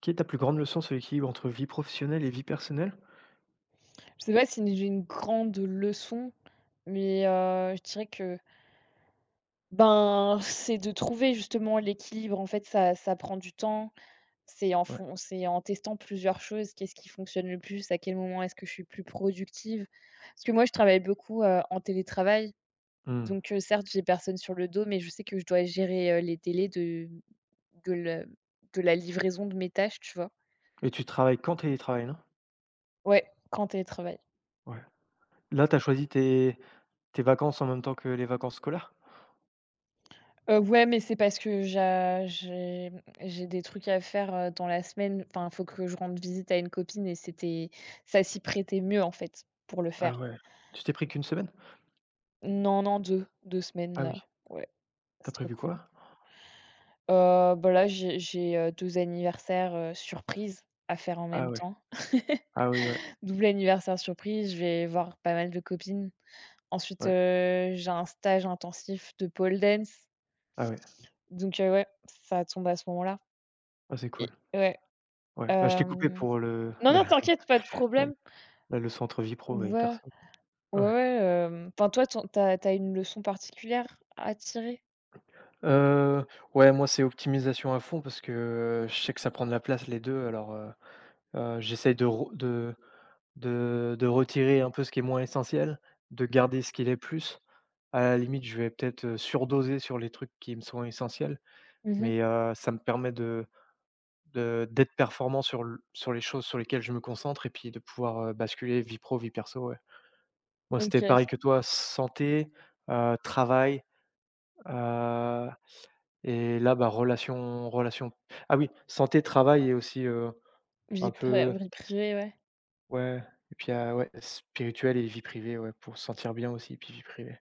Quelle est ta plus grande leçon sur l'équilibre entre vie professionnelle et vie personnelle? Je sais pas si j'ai une grande leçon, mais je dirais que, ben, c'est de trouver justement l'équilibre. En fait, ça prend du temps. Ouais. C'est en testant plusieurs choses, qu'est-ce qui fonctionne le plus? À quel moment est-ce que je suis plus productive? Parce que moi, je travaille beaucoup, en télétravail, Mmh. donc certes, j'ai personne sur le dos, mais je sais que je dois gérer, les délais de le de la livraison de mes tâches, tu vois? Et tu travailles qu'en télétravail, non? Ouais, quand télétravail. Ouais. Là, tu as choisi tes vacances en même temps que les vacances scolaires? Ouais, mais c'est parce que j'ai des trucs à faire, dans la semaine. Enfin, il faut que je rende visite à une copine et c'était ça s'y prêtait mieux, en fait, pour le faire. Ah ouais. Tu t'es pris qu'une semaine? Non, non, deux semaines, Ah oui. là. Ouais, c'est T'as trop prévu cool. quoi? Bah, là, j'ai 2 anniversaires, surprises à faire en même Ah ouais. temps. Ah oui, ouais. Double anniversaire surprise, je vais voir pas mal de copines. Ensuite, Ouais. J'ai un stage intensif de pole dance, Ah ouais. donc ouais, ça tombe à ce moment-là Ah, c'est et cool. ouais. Ouais. Ah, je t'ai coupé pour le Non, non, la t'inquiète, pas de la problème. la leçon entre vie pro et Ouais, perso. ouais, Ouais. ouais, enfin, toi, ton t'as as une leçon particulière à tirer? Heu, ouais, moi, c'est optimisation à fond parce que, je sais que ça prend de la place les 2. Alors, j'essaye de re de retirer un peu ce qui est moins essentiel, de garder ce qui l'est plus. À la limite, je vais peut-être, surdoser sur les trucs qui me sont essentiels, Mmh mh. mais, ça me permet de d'être performant sur les choses sur lesquelles je me concentre et puis de pouvoir, basculer vie pro, vie perso, ouais. Moi, OK, c'était c'est pareil que toi, santé, travail, euh, et là, bah, relation ah oui, santé, travail et aussi, vie un pré peu, vie privée, ouais. ouais, et puis, ah ouais, spirituel et vie privée, ouais, pour se sentir bien aussi, puis vie privée,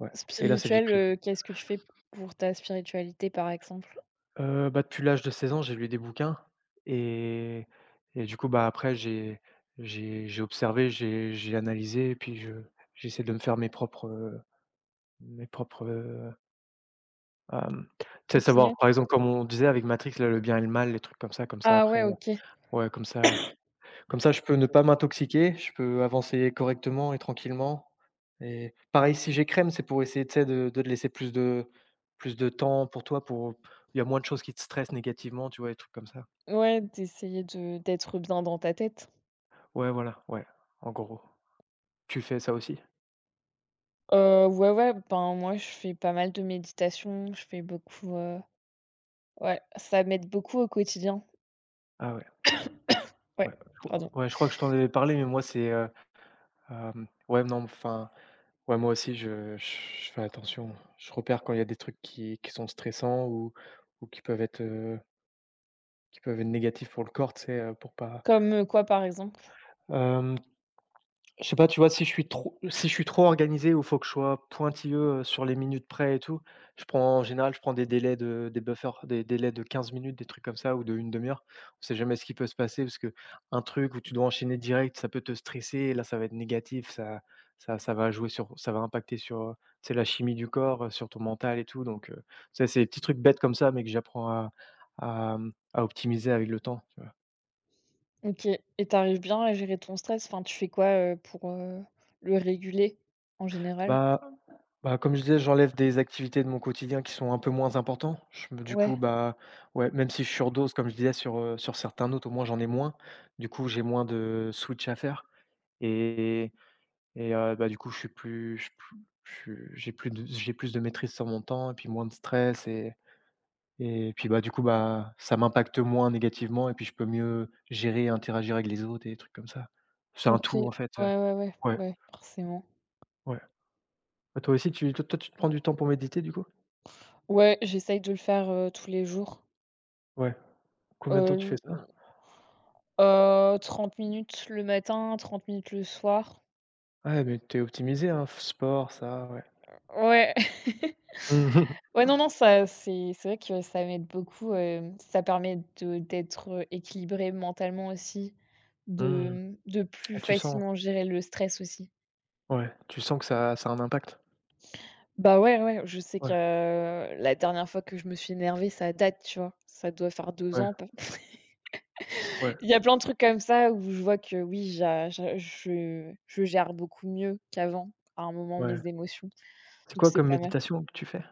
ouais, et là, c'est vie Spirituelle, privée. Qu'est-ce que tu fais pour ta spiritualité, par exemple? Depuis l'âge de 16 ans, j'ai lu des bouquins. Et et du coup, bah, après j'ai observé, j'ai analysé et puis je j'essaie de me faire mes propres, tu sais, savoir, Opinion? par exemple, comme on disait avec Matrix, là, le bien et le mal, les trucs comme ça, Ah ouais, OK. Comme ça. Comme ça, je peux ne pas m'intoxiquer, je peux avancer correctement et tranquillement, et pareil, si j'écrème, c'est pour essayer, tu sais, de te laisser plus de temps pour toi, pour, il y a moins de choses qui te stressent négativement, tu vois? Des trucs comme ça. Ouais, d'essayer de d'être bien dans ta tête? Ouais, voilà, ouais, en gros. Tu fais ça aussi? Ouais, ouais, ben, moi, je fais pas mal de méditation, je fais beaucoup, ouais, ça m'aide beaucoup au quotidien. Ah ouais, Ouais, ouais, je crois, pardon. ouais, je crois que je t'en avais parlé, mais moi, c'est, ouais, non, enfin, ouais, moi aussi, je fais attention. Je repère quand il y a des trucs qui sont stressants ou qui peuvent être négatifs pour le corps, tu sais, pour pas. Comme, quoi, par exemple? Hem Je sais pas, tu vois, si je suis trop organisé ou faut que je sois pointilleux, sur les minutes près et tout, je prends en général, je prends des délais de, des buffers, des délais de 15 minutes, des trucs comme ça ou de une demi heure. On sait jamais ce qui peut se passer parce que, un truc où tu dois enchaîner direct, ça peut te stresser et là, ça va être négatif. Ça va jouer sur, ça va impacter sur, tu sais, la chimie du corps, sur ton mental et tout. Donc tu c'est des petits trucs bêtes comme ça mais que j'apprends à, à optimiser avec le temps. OK, et t'arrives bien à gérer ton stress? Enfin, tu fais quoi, pour, le réguler en général? Bah Comme je disais, j'enlève des activités de mon quotidien qui sont un peu moins importants. Je me Du coup, Ouais, bah, ouais, même si je surdose, comme je disais, sur, sur certains autres, au moins j'en ai moins. Du coup, j'ai moins de switch à faire. Et et bah, du coup, je suis j'ai plus de maîtrise sur mon temps et puis moins de stress puis, bah, du coup, bah, ça m'impacte moins négativement et puis je peux mieux gérer et interagir avec les autres et des trucs comme ça. C'est un OK. tout Ouais, en fait, ouais, ouais, ouais, ouais, forcément. ouais. Bah, toi aussi, tu te prends du temps pour méditer, du coup? Ouais, j'essaye de le faire, tous les jours. Ouais. Combien de temps tu fais L ça? 30 minutes le matin, 30 minutes le soir. Ouais, mais tu es optimisé, hein, f sport, ça, ouais. Ouais. Mmh mh. Ouais, non, non, ça c'est vrai que ça m'aide beaucoup, ça permet de d'être, équilibré mentalement aussi, de, Mmh. mmh, de Ah, plus tu sens? facilement gérer le stress aussi. Ouais, tu sens que ça a un impact? Bah, ouais, ouais, je sais que Ouais, la dernière fois que je me suis énervée, ça date, tu vois? Ça doit faire deux ouais, ans, peut. ouais, Il y a plein de trucs comme ça où je vois que oui, j'a j'a je gère beaucoup mieux qu'avant, à un moment, ouais. mes émotions, C'est donc quoi c'est comme pas mal. méditation que tu fais?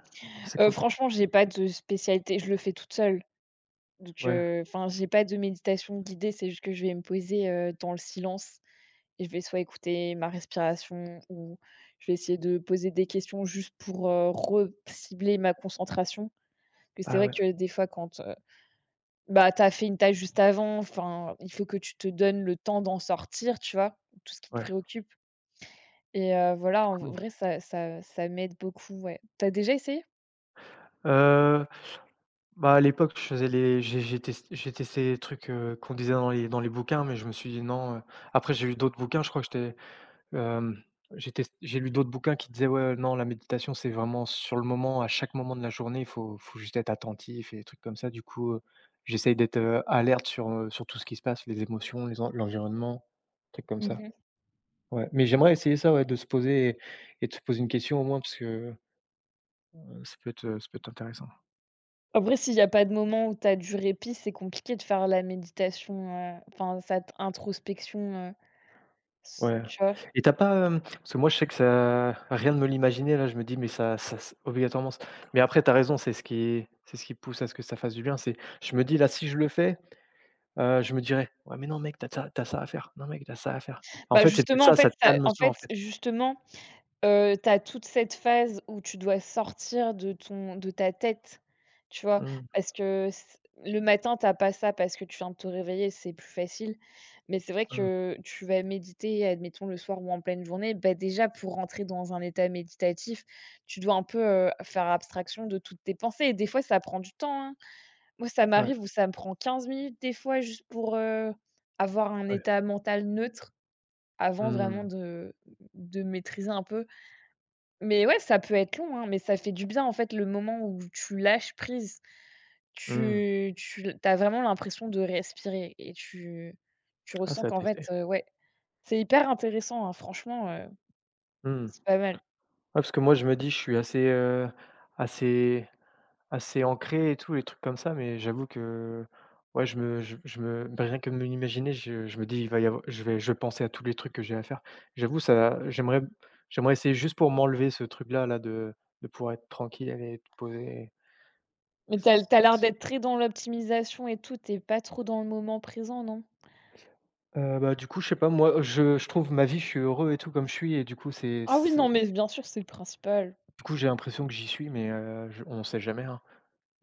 C'est quoi? Franchement, j'ai pas de spécialité, je le fais toute seule, donc Ouais. enfin, j'ai pas de méditation guidée, c'est juste que je vais me poser, dans le silence et je vais soit écouter ma respiration ou je vais essayer de poser des questions juste pour, re cibler ma concentration. Que c'est Ah vrai ouais, que des fois quand, bah, tu as fait une tâche juste avant, enfin, il faut que tu te donnes le temps d'en sortir, tu vois? Tout ce qui te ouais, préoccupe et voilà, c'est en cool. vrai, ça m'aide beaucoup, ouais. T'as déjà essayé? Heu, à l'époque, je faisais les j'ai test j'ai testé les trucs, qu'on disait dans les bouquins, mais je me suis dit: «Non». Après j'ai lu d'autres bouquins, je crois que j'étais Hem, j'ai test j'ai lu d'autres bouquins qui disaient: «Ouais, non, la méditation, c'est vraiment sur le moment, à chaque moment de la journée, il faut juste être attentif» et des trucs comme ça. Du coup, j'essaye d'être, alerte sur, sur tout ce qui se passe, les émotions, les en l'environnement, des trucs comme ça. Mmh. Ouais, mais j'aimerais essayer ça, ouais, de se poser, et de se poser une question au moins parce que, ça peut être intéressant. Après, s'il y a pas de moment où tu as du répit, c'est compliqué de faire la méditation, enfin cette introspection, s Ouais, tu vois? et t'as pas, hem parce que moi, je sais que ça, rien ne me l'imaginer, là, je me dis: «Mais ça ça s obligatoirement s» mais après t'as raison, c'est ce qui, c'est ce qui pousse à ce que ça fasse du bien. C'est Je me dis là, si je le fais, je me dirais: «Ouais, mais non mec, t'as ça à faire. Non mec, t'as ça à faire». En Bah, fait, c'est peut-être justement, en ça, ça fait te ça calme en ça, en fait fait. justement. Tu Toute cette phase où tu dois sortir de ta tête, tu vois? Mmh, Parce que c le matin, t'as pas ça parce que tu viens de te réveiller, c'est plus facile. Mais c'est vrai mmh. que tu vas méditer, admettons le soir ou en pleine journée, bah, déjà pour rentrer dans un état méditatif, tu dois un peu, faire abstraction de toutes tes pensées, et des fois ça prend du temps, hein. Moi, ça Ouais, m'arrive où ça me prend 15 minutes des fois juste pour, avoir un ouais. état mental neutre avant vraiment Mmh, de maîtriser un peu. Mais ouais, ça peut être long, hein, mais ça fait du bien, en fait, le moment où tu lâches prise. mmh. Tu l as vraiment l'impression de respirer et tu Ah, ressens ça à qu'en tester. fait, ouais, c'est hyper intéressant, hein, franchement, Mmh. Ouais, c'est pas mal. parce que moi, je me dis, je suis assez, assez ancré et tout, les trucs comme ça, mais j'avoue que, ouais, je me bah, rien que me l'imaginer, je me dis: «Il va y avoir», je vais penser à tous les trucs que j'ai à faire. J'avoue, ça, j'aimerais essayer juste pour m'enlever ce truc-là, là, de pouvoir être tranquille et être poser. Mais t'as l'air S d'être très dans l'optimisation et tout, tu pas trop dans le moment présent, non? Bah, du coup, je sais pas, moi, je trouve ma vie, je suis heureux et tout comme je suis, et du coup, Ah oui, non, c'est mais bien sûr, c'est le principal. du coup, j'ai l'impression que j'y suis, mais je on sait jamais, hein.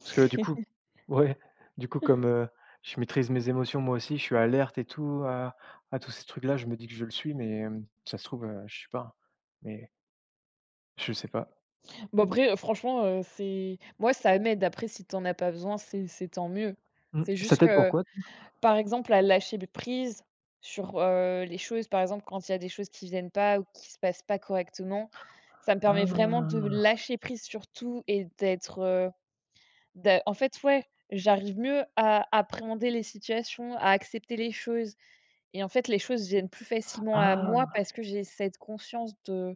Parce que du coup, ouais, du coup, comme, je maîtrise mes émotions moi aussi, je suis alerte et tout à tous ces trucs-là, je me dis que je le suis, mais, ça se trouve, je suis pas, mais je sais pas. Bon après, franchement, c'est moi, ça m'aide. Après, si t'en as pas besoin, c'est tant mieux. Mmh, C'est ça juste t'aide pour que. quoi toi? Par exemple, à lâcher prise sur, les choses, par exemple, quand il y a des choses qui viennent pas ou qui se passent pas correctement, ça me permet vraiment de Ah! lâcher prise sur tout et d'être, d'a en fait, ouais, j'arrive mieux à appréhender les situations, à accepter les choses, et en fait, les choses viennent plus facilement à moi Ah! parce que j'ai cette conscience de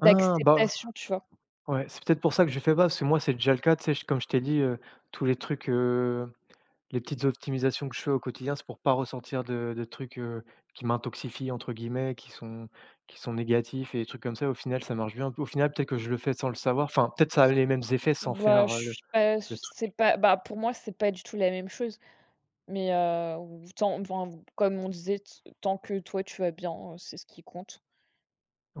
Ah! Bah, tu vois? ouais, c'est peut-être pour ça que je fais pas, parce que moi, c'est déjà le cas, tu sais? J Comme je t'ai dit, tous les trucs, les petites optimisations que je fais au quotidien, c'est pour pas ressentir de trucs, qui «m'intoxifient» entre guillemets, qui sont négatifs et des trucs comme ça. Au final, ça marche bien. Au final, peut-être que je le fais sans le savoir. Enfin, peut-être ça a les mêmes effets sans Bah, faire, je heu, le suis pas le truc. c'est pas bah, pour moi, c'est pas du tout la même chose. Mais ou tant enfin, comme on disait, t tant que toi tu vas bien, c'est ce qui compte.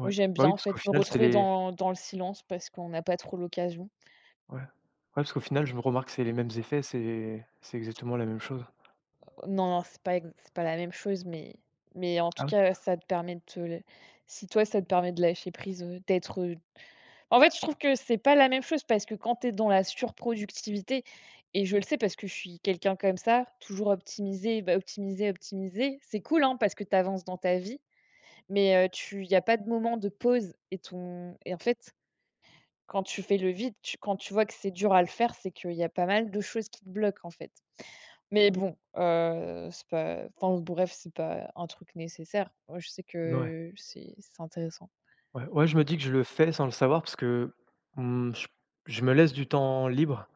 Moi, j'aime Bah, bien oui, en parce fait qu'au me final, c'est retrouver les, dans le silence parce qu'on n'a pas trop l'occasion. ouais. Ouais, parce qu'au final, je me remarque, que c'est les mêmes effets, c'est exactement la même chose. Non, non, c'est pas la même chose, mais en tout Ah oui? cas, ça te permet de te l si toi ça te permet de lâcher prise, d'être, en fait, je trouve que c'est pas la même chose parce que quand tu es dans la surproductivité, et je le sais parce que je suis quelqu'un comme ça, toujours optimisée, bah, optimiser, optimiser, c'est cool, hein, parce que tu avances dans ta vie. Mais tu il y a pas de moment de pause, et ton et en fait, quand tu fais le vide, tu quand tu vois que c'est dur à le faire, c'est qu'il y a pas mal de choses qui te bloquent, en fait. Mais bon, c'est pas enfin bon, bref, c'est pas un truc nécessaire. Moi, je sais Ouais. que c'est intéressant. Ouais, ouais, je me dis que je le fais sans le savoir parce que, mmh, je je me laisse du temps libre.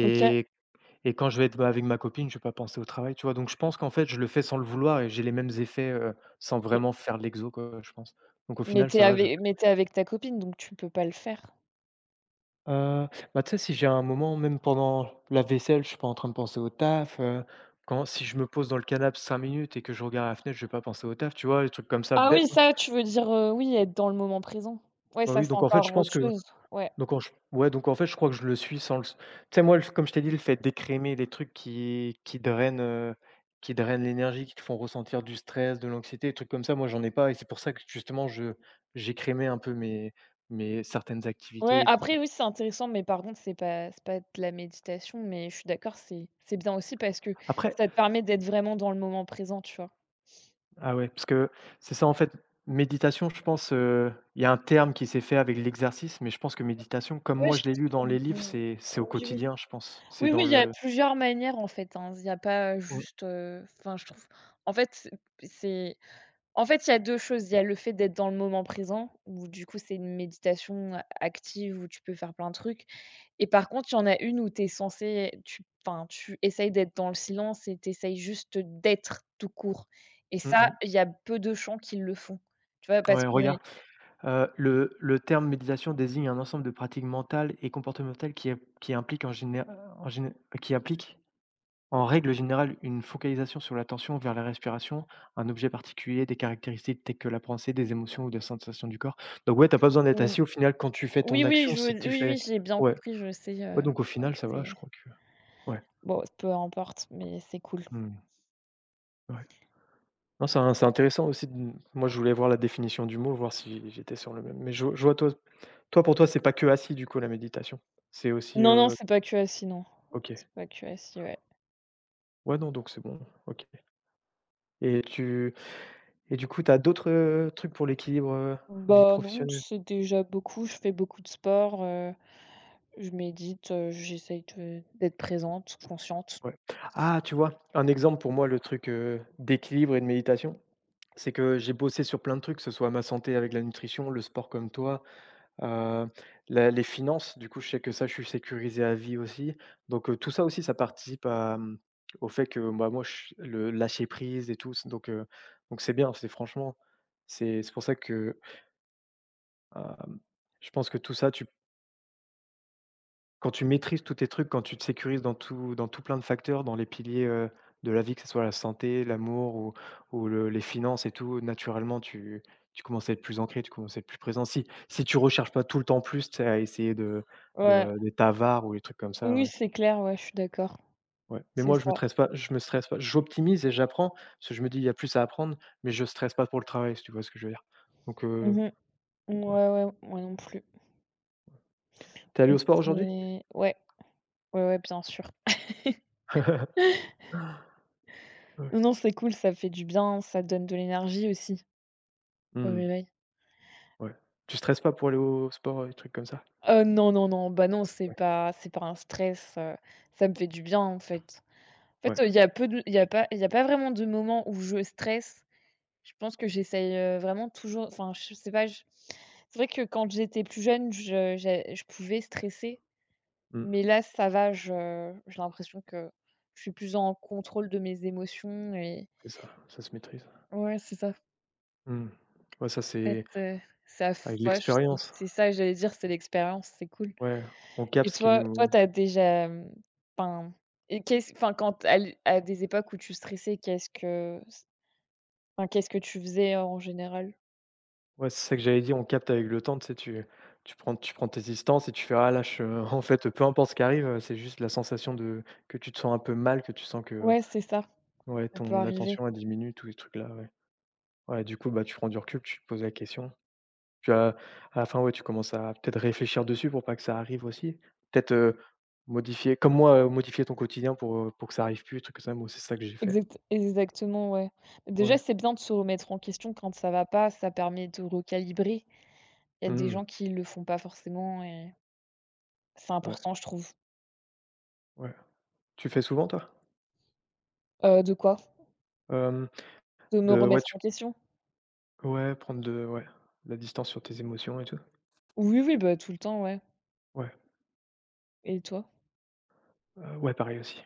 OK, Et quand je vais être, bah, avec ma copine, je vais pas penser au travail, tu vois? Donc je pense qu'en fait, je le fais sans le vouloir et j'ai les mêmes effets, sans mais vraiment faire l'exo, quoi, je pense. Donc au mais final, tu ça va, je avec mais t'es avec ta copine, donc tu peux pas le faire? heu, bah, tu sais, si j'ai un moment, même pendant la vaisselle, je suis pas en train de penser au taf, quand si je me pose dans le canapé 5 minutes et que je regarde à la fenêtre, je vais pas penser au taf, tu vois? Des trucs comme ça, Ah oui, bêtes, hein. ça, tu veux dire, oui, être dans le moment présent. Ouais, Bah, ça, oui, c'est donc en fait, je encore pense autre que. chose. Ouais. Donc en Ouais, donc en fait, je crois que je le suis sans le s tu sais, moi, le comme je t'ai dit, le fait d'écrémer les trucs qui drainent, qui drainent l'énergie, qui te font ressentir du stress, de l'anxiété, des trucs comme ça, moi, j'en ai pas, et c'est pour ça que justement je j'écrémais un peu mes, mes certaines Ouais, activités après, oui, c'est intéressant, mais par contre, c'est pas de la méditation, mais je suis d'accord, c'est bien aussi parce que après. ça te permet d'être vraiment dans le moment présent, tu vois? Ah ouais, parce que c'est ça, en fait, méditation, je pense, il y a un terme qui s'est fait avec l'exercice, mais je pense que méditation, comme Oui, moi je je l'ai pense lu que dans les livres, oui, c'est au oui. quotidien, je pense. C'est Oui, oui, dans il y a le plusieurs manières en fait, hein, il y a pas Ouais. juste, enfin je trouve en fait, c'est. En fait, il y a 2 choses. Il y a le fait d'être dans le moment présent, où du coup, c'est une méditation active où tu peux faire plein de trucs, et par contre, il y en a une où tu es censé tu enfin, tu essayes d'être dans le silence et tu essayes juste d'être tout court, et Mmh ça, mh. il y a peu de gens qui le font. Tu vois? Parce Ouais, qu'on est regarde. Le terme méditation désigne un ensemble de pratiques mentales et comportementales qui impliquent en géné qui impliquent, en règle générale, une focalisation sur l'attention vers la respiration, un objet particulier, des caractéristiques telles que la pensée, des émotions ou des sensations du corps. Donc ouais, t'as pas besoin d'être on assis au final quand tu fais ton oui, oui, action, je veux si tu oui, oui, fais j'ai bien ouais, compris, je sais, ouais, donc au ouais, final, ça va, c'est je crois que, ouais, bon, peu importe, mais c'est cool. mmh, ouais. Non, c'est intéressant aussi de moi je voulais voir la définition du mot, voir si j'étais sur le même, mais je vois toi, pour toi c'est pas que assis du coup la méditation? C'est aussi, Non, non, c'est pas QASI, non. OK. C'est pas QASI, ouais. Ouais, non, donc c'est bon. OK, et tu et du coup, tu as d'autres, trucs pour l'équilibre, vie Bah, non, professionnelle? c'est déjà beaucoup. Je fais beaucoup de sport, je médite, j'essaye de d'être présente, consciente. Ouais. Ah, tu vois? Un exemple pour moi, le truc, d'équilibre et de méditation, c'est que j'ai bossé sur plein de trucs, que ce soit ma santé avec la nutrition, le sport comme toi, heu, la les finances. Du coup, je sais que ça, je suis sécurisé à vie aussi. Donc, tout ça aussi, ça participe à, au fait que, bah, moi, je le lâcher prise et tout, c donc c'est bien, c'est franchement, c'est pour ça que. Hem, je pense que tout ça, tu quand tu maîtrises tous tes trucs, quand tu te sécurises dans tout, plein de facteurs, dans les piliers, de la vie, que ce soit la santé, l'amour, ou le les finances et tout, naturellement, tu commences à être plus ancré, tu commences à être plus présent. Si tu recherches pas tout le temps plus, tu sais, à essayer Ouais, de d'être avare ou des trucs comme oui, ça, oui, ouais. c'est clair, ouais, je suis d'accord. Ouais, mais C'est moi, ça. Je me stresse pas. J'optimise et j'apprends, parce que je me dis: «Il y a plus à apprendre», mais je stresse pas pour le travail, si tu vois ce que je veux dire? Donc Mmh. ouais. Ouais, ouais, moi non plus. Tu allé au sport C'est aujourd'hui? Ouais, ouais, ouais, bien sûr. Ouais. Non, non, c'est cool, ça fait du bien, ça donne de l'énergie aussi au Mmh. réveil. Ouais. Tu stresses pas pour aller au sport, des trucs comme ça? Non, non, non, bah, non, c'est Ouais. pas c'est pas un stress, ça me fait du bien, en fait. En fait, Ouais, il y a peu de il y a pas il y a pas vraiment de moment où je stresse. Je pense que j'essaye, vraiment toujours, enfin, je sais pas, je c'est vrai que quand j'étais plus jeune, je pouvais stresser, mais mmh, là, ça va, je j'ai l'impression que je suis plus en contrôle de mes émotions, et c'est ça, ça se maîtrise. ouais, c'est ça. Mmh. Ouais, ça Être, c'est ça f avec ouais, je l'expérience. c'est ça que j'allais dire, c'est l'expérience, c'est cool. Ouais, on Et capte ce qui toi, nous, t'as déjà, enfin, et qu'est-ce enfin, quand à des époques où tu stressais, qu'est-ce que enfin, qu'est-ce que tu faisais en général? ouais, c'est ça que j'avais dit. On capte avec le temps, tu sais, tu prends tes distances et tu fais: «Ah là, je en fait, peu importe ce qui arrive, c'est juste la sensation de que tu te sens un peu mal, que tu sens que, Ouais, c'est ça, ouais, ça peut ton arriver. attention a diminué, tous ces trucs là, ouais. Ouais, du coup, bah, tu prends du recul, tu te poses la question. Tu as À la fin, ouais, tu commences à peut-être réfléchir dessus pour pas que ça arrive aussi. Peut-être, modifier comme moi, modifier ton quotidien pour que ça arrive plus, des trucs comme ça. Moi, c'est ça que j'ai fait. Exactement, ouais. Déjà, Ouais. c'est bien de se remettre en question quand ça va pas, ça permet de recalibrer. Il y a des gens Mmh. qui le font pas forcément, et c'est Ouais, important, je trouve. ouais. Tu fais souvent toi? De quoi? Hem, De me de ouais, remettre tu en question? ouais, prendre de, ouais, de la distance sur tes émotions et tout? Oui, oui, bah, tout le temps, ouais. Ouais, Et toi? Ouais, pareil aussi.